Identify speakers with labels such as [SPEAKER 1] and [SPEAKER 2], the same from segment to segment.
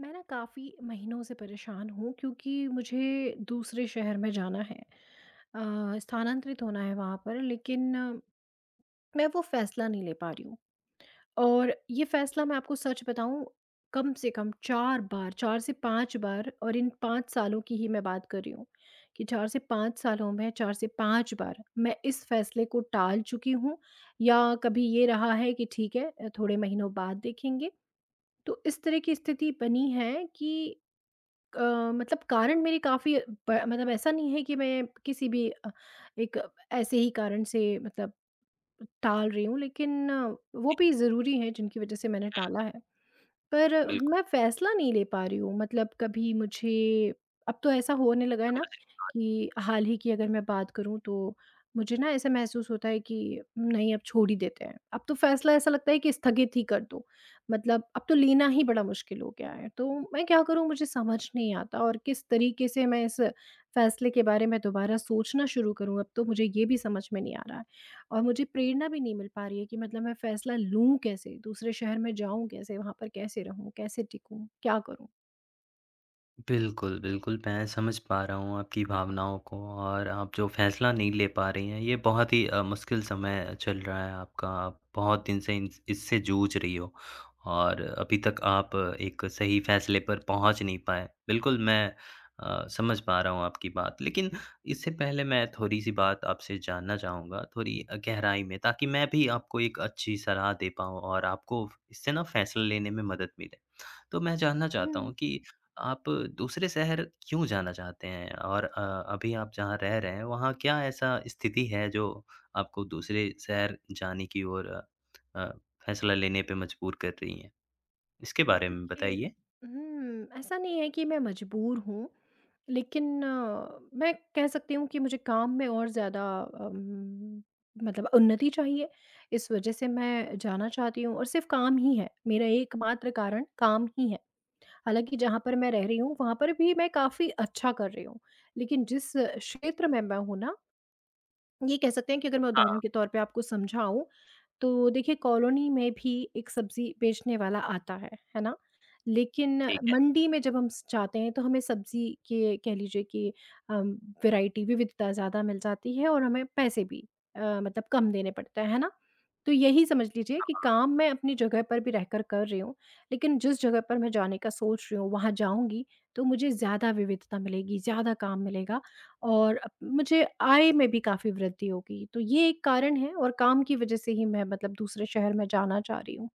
[SPEAKER 1] मैं ना काफ़ी महीनों से परेशान हूँ क्योंकि मुझे दूसरे शहर में जाना है स्थानांतरित होना है वहाँ पर लेकिन मैं वो फैसला नहीं ले पा रही हूँ। और ये फैसला मैं आपको सच बताऊँ कम से कम 4 बार 4 से 5 बार और इन 5 सालों की ही मैं बात कर रही हूँ कि 4 से 5 सालों में 4 से 5 बार मैं इस फैसले को टाल चुकी हूँ। या कभी ये रहा है कि ठीक है थोड़े महीनों बाद देखेंगे। तो इस तरह की स्थिति बनी है कि मतलब कारण मेरे काफ़ी ब मतलब ऐसा नहीं है कि मैं किसी भी एक ऐसे ही कारण से मतलब टाल रही हूँ, लेकिन वो भी ज़रूरी हैं जिनकी वज़ह से मैंने टाला है। पर
[SPEAKER 2] बिल्कुल।
[SPEAKER 1] मैं फ़ैसला नहीं ले पा रही हूँ, मतलब कभी मुझे अब तो ऐसा होने लगा है ना कि हाल ही की अगर मैं बात करूँ तो मुझे ना ऐसा महसूस होता है कि नहीं, अब छोड़ ही देते हैं। अब तो फ़ैसला ऐसा लगता है कि स्थगित ही कर दो। मतलब अब तो लेना ही बड़ा मुश्किल हो गया है। तो मैं क्या करूँ मुझे समझ नहीं आता, और किस तरीके से मैं इस फ़ैसले के बारे में दोबारा सोचना शुरू करूँ अब तो मुझे ये भी समझ में नहीं आ रहा है। और मुझे प्रेरणा भी नहीं मिल पा रही है कि मतलब मैं फ़ैसला लूँ कैसे? दूसरे शहर में जाऊँ कैसे? वहाँ पर कैसे रहूँ? कैसे टिकूँ? क्या करूँ?
[SPEAKER 2] बिल्कुल, बिल्कुल, मैं समझ पा रहा हूँ आपकी भावनाओं को और आप जो फ़ैसला नहीं ले पा रही हैं, ये बहुत ही मुश्किल समय चल रहा है आपका। आप बहुत दिन से इन्स इससे जूझ रही हो और अभी तक आप एक सही फ़ैसले पर पहुँच नहीं पाए। बिल्कुल, मैं समझ पा रहा हूँ आपकी बात। लेकिन इससे पहले मैं थोड़ी-सी बात आपसे जानना चाहूँगा, थोड़ी गहराई में, ताकि मैं भी आपको एक अच्छी सलाह दे पाऊँ और आपको इससे ना फ़ैसला लेने में मदद मिले। तो मैं जानना चाहता
[SPEAKER 1] हुँ।
[SPEAKER 2] हूँ कि आप दूसरे शहर क्यों जाना चाहते हैं? और अभी आप जहाँ रह रहे हैं, वहाँ क्या ऐसा स्थिति है जो आपको दूसरे शहर जाने की ओर अ, फैसला लेने पे मजबूर कर रही है? इसके बारे में
[SPEAKER 1] देखिए,
[SPEAKER 2] बताइए।
[SPEAKER 1] हुँ, ऐसा नहीं है कि मैं मजबूर हूँ, लेकिन मैं कह सकती हूँ कि मुझे काम में और ज़्यादा मतलब उन्नति चाहिए। इस वजह से मैं जाना चाहती हूँ, और सिर्फ़ काम ही है, मेरा एकमात्र कारण काम ही है। हालाँकि जहाँ पर मैं रह रही हूँ, वहाँ पर भी मैं काफ़ी अच्छा कर रही हूँ, लेकिन जिस क्षेत्र में मैं हूँ ना, ये कह सकते हैं कि अगर मैं उदाहरण
[SPEAKER 2] हाँ,
[SPEAKER 1] के तौर पे आपको समझाऊँ, तो देखिए कॉलोनी में भी एक सब्ज़ी बेचने वाला आता है ना? लेकिन
[SPEAKER 2] ठीक है।
[SPEAKER 1] मंडी में जब हम स जाते हैं तो हमें सब्ज़ी के कह लीजिए कि अम, वैराइटी विविधता ज़्यादा मिल जाती है और हमें पैसे भी मतलब कम देने पड़ते हैं, है ना? तो यही समझ लीजिए कि काम मैं अपनी जगह पर भी रहकर कर रही हूँ, लेकिन जिस जगह पर मैं जाने का सोच रही हूँ, वहाँ जाऊँगी तो मुझे ज़्यादा विविधता मिलेगी, ज़्यादा काम मिलेगा। और अप मुझे आय में भी काफ़ी वृद्धि होगी। तो ये एक कारण है, और काम की वज़ह से ही मैं मतलब दूसरे शहर में जाना चाह रही हूँ।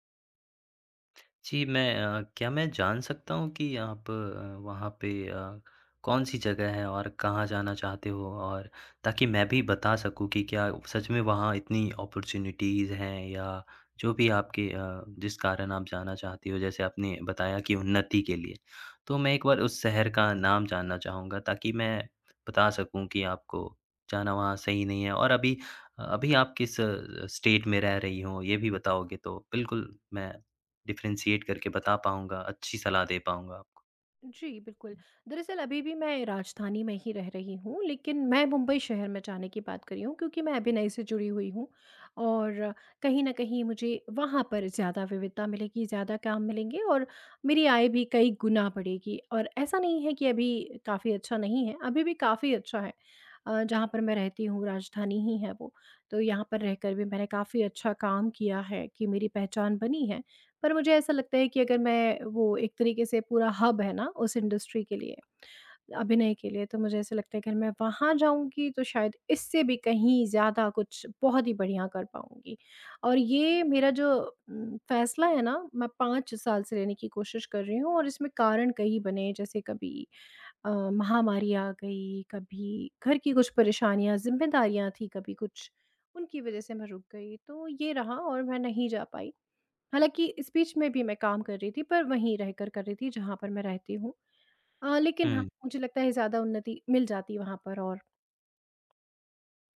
[SPEAKER 2] जी, क्या मैं जान सकता हूँ कि आप वहाँ पे कौन-सी जगह है और कहाँ जाना चाहते हो? और ताकि मैं भी बता सकूँ कि क्या सच में वहाँ इतनी अपॉर्च्युनिटीज़ हैं या जो भी आपके जिस कारण आप जाना चाहते हो, जैसे आपने बताया कि उन्नति के लिए। तो मैं एक बार उस शहर का नाम जानना चाहूँगा ताकि मैं बता सकूँ कि आपको जाना वहाँ सही नहीं है और अभी अभी आप किस स्टेट में रह रही हो, ये भी बताओगे तो बिल्कुल मैं डिफ़रेंशिएट करके बता पाऊँगा, अच्छी सलाह दे पाऊँगा आपको।
[SPEAKER 1] जी, बिल्कुल। दरअसल अभी भी मैं राजधानी में ही रह रही हूँ, लेकिन मैं मुंबई शहर में जाने की बात कर रही हूँ क्योंकि मैं अभिनय से जुड़ी हुई हूँ और कहीं न कहीं मुझे वहाँ पर ज़्यादा विविधता मिलेगी, ज़्यादा काम मिलेंगे और मेरी आय भी कई गुना बढ़ेगी। और ऐसा नहीं है कि अभी काफ़ी अच्छा नहीं है, अभी भी काफ़ी अच्छा है। जहाँ पर मैं रहती हूँ राजधानी ही है वो, तो यहाँ पर रहकर भी मैंने काफ़ी अच्छा काम किया है कि मेरी पहचान बनी है। पर मुझे ऐसा लगता है कि अगर मैं वो एक तरीके से पूरा हब है ना उस इंडस्ट्री के लिए, अभिनय के लिए, तो मुझे ऐसा लगता है कि अगर मैं वहाँ जाऊँगी तो शायद इससे भी कहीं ज़्यादा कुछ बहुत ही बढ़िया कर पाऊँगी। और ये मेरा जो फ़ैसला है ना मैं 5 साल से लेने की कोशिश कर रही हूँ, और इसमें कारण कई बने, जैसे कभी महामारी आ गई, कभी घर की कुछ परेशानियाँ, ज़िम्मेदारियाँ थी, कभी कुछ, उनकी वज़ह से मैं रुक गई। तो ये रहा और मैं नहीं जा पाई। हालाँकि स्पीच में भी मैं काम कर रही थी, पर वहीं रहकर कर रही थी जहाँ पर मैं रहती हूँ। लेकिन हाँ,
[SPEAKER 2] हुँ,
[SPEAKER 1] मुझे लगता है ज़्यादा उन्नति मिल जाती वहाँ पर। और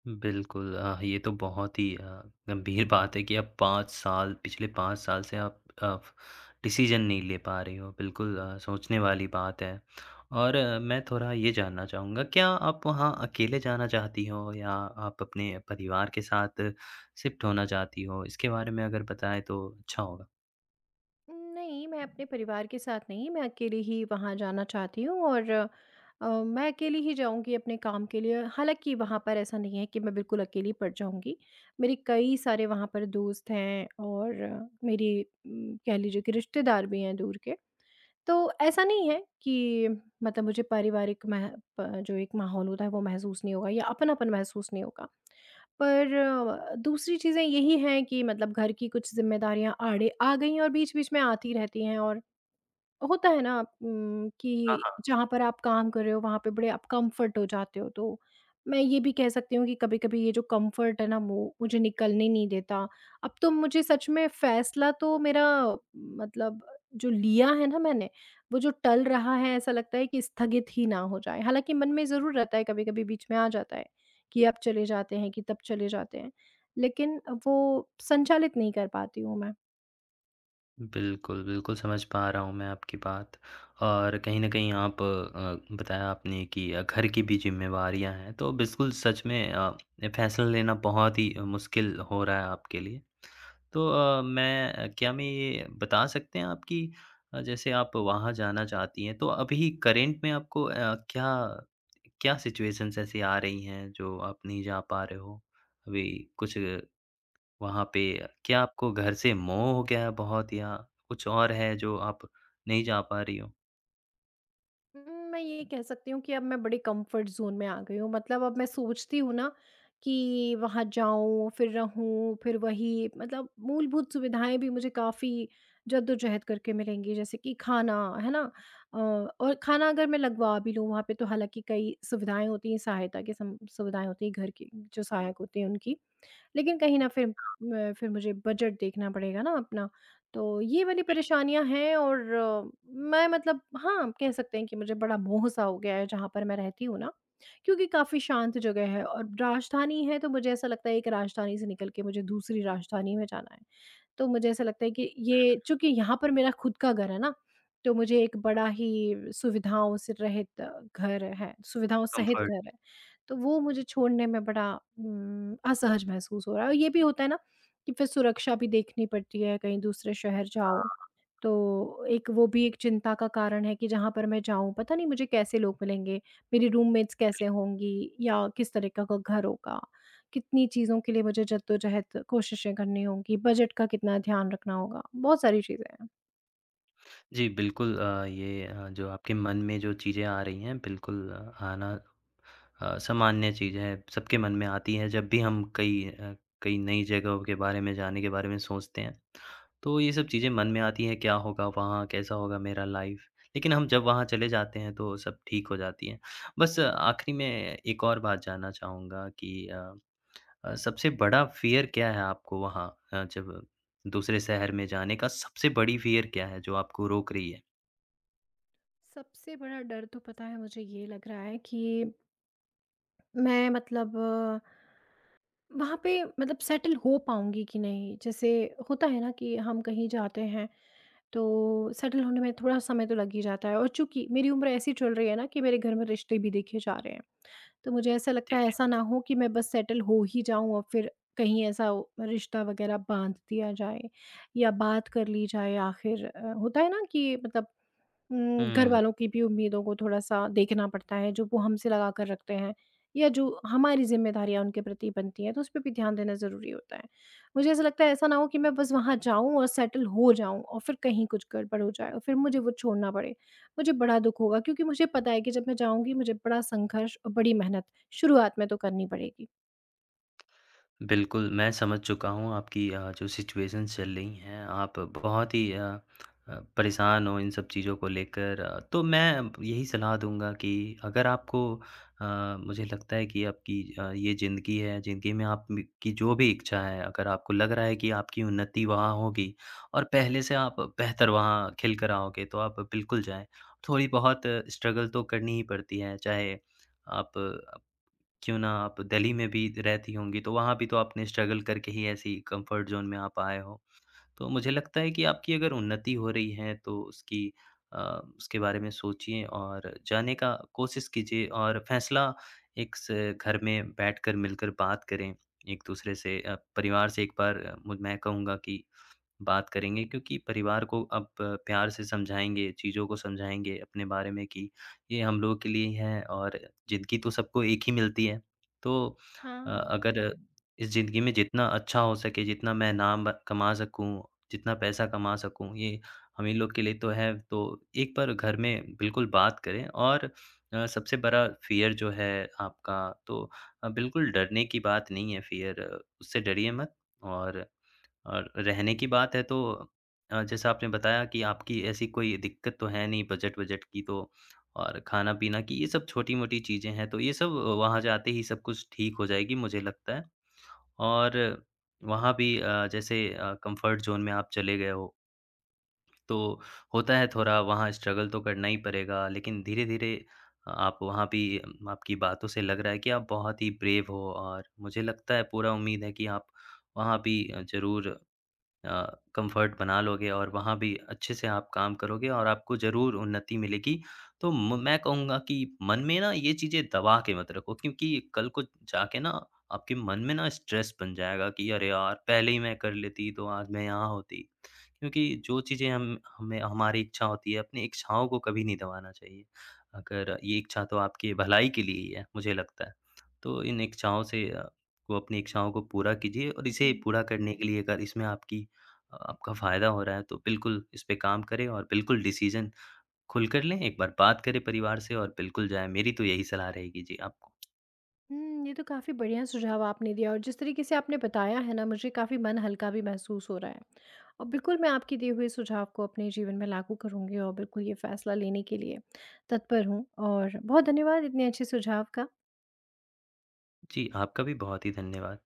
[SPEAKER 2] बिल्कुल ये तो बहुत ही गंभीर बात है कि आप 5 साल पिछले 5 साल से आप डिसीज़न नहीं ले पा रही हो। बिल्कुल सोचने वाली बात है और मैं थोड़ा ये जानना चाहूँगा, क्या आप वहाँ अकेले जाना चाहती हो या आप अपने परिवार के साथ शिफ्ट होना चाहती हो? इसके बारे में अगर बताएँ तो अच्छा होगा।
[SPEAKER 1] नहीं, मैं अपने परिवार के साथ नहीं, मैं अकेले ही वहाँ जाना चाहती हूँ और मैं अकेली ही जाऊँगी अपने काम के लिए। हालाँकि वहाँ पर ऐसा नहीं है कि मैं बिल्कुल अकेली पड़ जाऊँगी। मेरे कई सारे वहाँ पर दोस्त हैं और मेरी कह लीजिए कि रिश्तेदार भी हैं दूर के। तो ऐसा नहीं है कि मतलब मुझे पारिवारिक मह प जो एक माहौल होता है वो महसूस नहीं होगा या अपनापन महसूस नहीं होगा। पर दूसरी चीज़ें यही हैं कि मतलब घर की कुछ ज़िम्मेदारियाँ आड़े आ गई हैं और बीच-बीच में आती रहती हैं। और होता है ना आप, कि जहाँ पर आप काम कर रहे हो वहाँ पे बड़े आप कंफर्ट हो जाते हो, तो मैं ये भी कह सकती हूँ कि कभी-कभी ये जो कंफर्ट है ना वो मुझे निकलने नहीं देता। अब तो मुझे सच में फैसला तो मेरा मतलब जो लिया है ना मैंने, वो जो टल रहा है ऐसा लगता है कि स्थगित ही ना हो जाए। हालाँकि मन में ज़रूर रहता है, कभी-कभी बीच में आ जाता है, कि अब चले जाते हैं, कि तब चले जाते हैं। लेकिन वो संचालित नहीं कर पाती हूँ मैं।
[SPEAKER 2] बिल्कुल, बिल्कुल समझ पा रहा हूँ मैं आपकी बात और कहीं न कहीं आप बताया आपने कि घर की भी ज़िम्मेवारियाँ हैं, तो बिल्कुल सच में फैसला लेना बहुत ही मुश्किल हो रहा है आपके लिए। तो क्या मैं ये बता सकते हैं आप कि जैसे आप वहाँ जाना चाहती हैं, तो अभी करंट में आपको क्या क्या सिचुएशंस ऐसी आ रही हैं, जो आप नहीं जा पा रहे हो? अभी कुछ वहाँ पे क्या आपको घर से मोह हो गया है बहुत या कुछ और है जो आप नहीं जा पा रही हो?
[SPEAKER 1] उम, मैं ये कह सकती हूँ कि अब मैं बड़ी कंफर्ट ज़ोन में आ गई हूँ। मतलब अब मैं सोचती हूँ ना कि वहाँ जाऊँ, फिर रहूँ, फिर वही मतलब मूलभूत सुविधाएँ भी मुझे काफ़ी जद्दोजहद करके मिलेंगी, जैसे कि खाना, है ना? अ, और खाना अगर मैं लगवा भी लूँ वहाँ पे, तो हालाँकि कई सुविधाएँ होती हैं, सहायता की सम सुविधाएँ होती हैं, घर की जो सहायक होते हैं उनकी। लेकिन कहीं न फिर म फिर मुझे बजट देखना पड़ेगा ना अपना, तो ये वाली परेशानियाँ हैं। और मैं मतलब हाँ, आप कह सकते हैं कि मुझे बड़ा मोह-सा हो गया है जहाँ पर मैं रहती हूँ ना, क्योंकि काफ़ी शांत जगह है और राजधानी है, तो मुझे ऐसा लगता है एक राजधानी से निकल के मुझे दूसरी राजधानी में जाना है। तो मुझे ऐसा लगता है कि ये चूँकि यहाँ पर मेरा खुद का घर है ना, तो मुझे एक बड़ा ही सुविधाओं से रहित घर है, सुविधाओं सहित घर है।
[SPEAKER 2] कम्फ़र्ट।
[SPEAKER 1] तो वो मुझे छोड़ने में बड़ा असहज महसूस हो रहा है। और ये भी होता है ना कि फिर सुरक्षा भी देखनी पड़ती है, कहीं दूसरे शहर जाओ, तो एक वो भी एक चिंता का कारण है कि जहाँ पर मैं जाऊँ, पता नहीं मुझे कैसे लोग मिलेंगे, मेरी रूममेट्स कैसे होंगी, या किस तरीका का घर होगा। कितनी चीज़ों के लिए मुझे जद्दोजहद कोशिशें करनी होंगी, बजट का कितना ध्यान रखना होगा, बहुत सारी चीज़ें हैं।
[SPEAKER 2] जी, बिल्कुल ये जो आपके मन में जो चीज़ें आ रही हैं बिल्कुल आना सामान्य चीज़ है, सबके मन में आती है जब भी हम कई नई जगहों के बारे में जाने के बारे में सोचते हैं। तो ये सब चीज़ें मन में आती हैं क्या होगा वहाँ? कैसा होगा मेरा लाइफ़? लेकिन हम जब वहाँ चले जाते हैं तो सब ठीक हो जाती है। बस आखिरी में एक और बात जानना चाहूँगा कि सबसे बड़ा फ़ियर क्या है आपको वहाँ जब दूसरे शहर में जाने का सबसे बड़ी फ़ियर क्या है जो आपको रोक रही है?
[SPEAKER 1] सबसे बड़ा डर तो पता है मुझे ये लग रहा है कि मैं मतलब वहाँ पे मतलब सेटल हो पाऊँगी कि नहीं? जैसे होता है ना कि हम कहीं जाते हैं, तो सेटल होने में थोड़ा समय तो लग ही जाता है। और चूँकि मेरी उम्र ऐसी चल रही है ना कि मेरे घर में रिश्ते भी देखे जा रहे हैं। तो मुझे ऐसा लगता
[SPEAKER 2] ठीक
[SPEAKER 1] है ऐसा
[SPEAKER 2] है।
[SPEAKER 1] ना हो कि मैं बस सेटल हो ही जाऊँ और फिर कहीं ऐसा हो रिश्ता वग़ैरह बाँध दिया जाए या बात कर ली जाए, आखिर होता है ना कि मतलब घर
[SPEAKER 2] हम्म।
[SPEAKER 1] वालों की भी उम्मीदों को थोड़ा-सा देखना पड़ता है, जो वो हमसे लगा कर रखते हैं या जो हमारी ज़िम्मेदारियाँ उनके प्रति बनती हैं, तो उस पे भी ध्यान देना ज़रूरी होता है। मुझे ऐसा लगता है ऐसा ना हो कि मैं बस वहाँ जाऊँ और सेटल हो जाऊँ और फिर कहीं कुछ गड़बड़ हो जाए और फिर मुझे वो छोड़ना पड़े। मुझे बड़ा दुःख होगा, क्योंकि मुझे पता है कि जब मैं जाऊँगी मुझे बड़ा संघर्ष और बड़ी मेहनत शुरुआत में तो करनी पड़ेगी।
[SPEAKER 2] बिल्कुल, मैं समझ चुका हूँ आपकी जो सिचुएशंस चल रही हैं, आप बहुत ही परेशान हो इन सब चीज़ों को लेकर। तो मैं यही सलाह दूँगा कि अगर मुझे लगता है कि आपकी ये ज़िंदगी है, ज़िंदगी में आप म की जो भी इच्छा है, अगर आपको लग रहा है कि आपकी उन्नति वहाँ होगी और पहले से आप बेहतर वहाँ खिल कर आओगे, तो आप बिल्कुल जाएँ। थोड़ी बहुत स्ट्रगल तो करनी ही पड़ती है, चाहे आप क्यों ना आप दिल्ली में भी रहती होंगी, तो वहाँ भी तो आपने स्ट्रगल करके ही ऐसी कम्फर्ट ज़ोन में आप आए हो। तो मुझे लगता है कि आपकी अगर उन्नति हो रही है तो अ, उसके बारे में सोचिए और जाने का कोशिश कीजिए और फ़ैसला एक स घर में बैठकर मिलकर बात करें एक-दूसरे से परिवार से एक बार मुझ मैं कहूँगा कि बात करेंगे क्योंकि परिवार को अब प्यार से समझाएँगे, चीज़ों को समझाएँगे अपने बारे में कि ये हम लोगों के लिए ही है और ज़िंदगी तो सबको एक ही मिलती है। तो
[SPEAKER 1] हाँ,
[SPEAKER 2] अगर इस ज़िंदगी में जितना अच्छा हो सके, जितना मैं नाम ब कमा सकूँ, जितना पैसा कमा सकूँ, ये हम ही लोग के लिए तो है। तो एक बार घर में बिल्कुल बात करें और सबसे बड़ा फ़ियर जो है आपका तो बिल्कुल डरने की बात नहीं है फ़ियर उससे डरिए मत और रहने की बात है तो जैसा आपने बताया कि आपकी ऐसी कोई दिक्कत तो है नहीं बजट-वजट की तो और खाना-पीना की ये सब छोटी-मोटी चीज़ें हैं, तो ये सब वहाँ जाते ही सब कुछ ठीक हो जाएगी मुझे लगता है। और वहाँ भी जैसे कम्फ़र्ट ज़ोन में आप चले गए हो, तो होता है थोड़ा वहाँ स्ट्रगल तो करना ही पड़ेगा, लेकिन धीरे-धीरे आप वहाँ भी आपकी बातों से लग रहा है कि आप बहुत ही ब्रेव हो और मुझे लगता है पूरा उम्मीद है कि आप वहाँ भी ज़रूर अ, कंफर्ट बना लोगे और वहाँ भी अच्छे से आप काम करोगे और आपको ज़रूर उन्नति मिलेगी। तो म मैं कहूँगा कि मन में ना ये चीज़ें दबा के मत रखो क्योंकि कल को जाके ना आपके मन में ना स्ट्रेस बन जाएगा कि अरे यार! पहले ही मैं कर लेती तो आज मैं यहाँ होती। क्योंकि जो चीज़ें हम हमें हमारी इच्छा होती है अपनी इच्छाओं को कभी नहीं दबाना चाहिए। अगर ये इच्छा तो आपकी भलाई के लिए ही है, मुझे लगता है। तो इन इच्छाओं से अ, को अपनी इच्छाओं को पूरा कीजिए और इसे
[SPEAKER 1] जी।
[SPEAKER 2] पूरा करने के लिए अगर इसमें आपकी आपका फ़ायदा हो रहा है, तो बिल्कुल इस पे काम करें और बिल्कुल डिसीज़न खुलकर लें, एक बार बात करें परिवार से और बिल्कुल जाएँ। मेरी तो यही सलाह रहेगी जी आपको।
[SPEAKER 1] हुँ, ये तो काफ़ी बढ़िया सुझाव आपने दिया और जिस तरीके से आपने बताया है ना, मुझे काफ़ी मन हल्का भी महसूस हो रहा है। और बिल्कुल मैं आपके दिए हुए सुझाव को अपने जीवन में लागू करूँगी, और बिल्कुल ये फ़ैसला लेने के लिए तत्पर हूँ, और बहुत धन्यवाद इतने अच्छे सुझाव का।
[SPEAKER 2] जी, आपका भी बहुत ही धन्यवाद।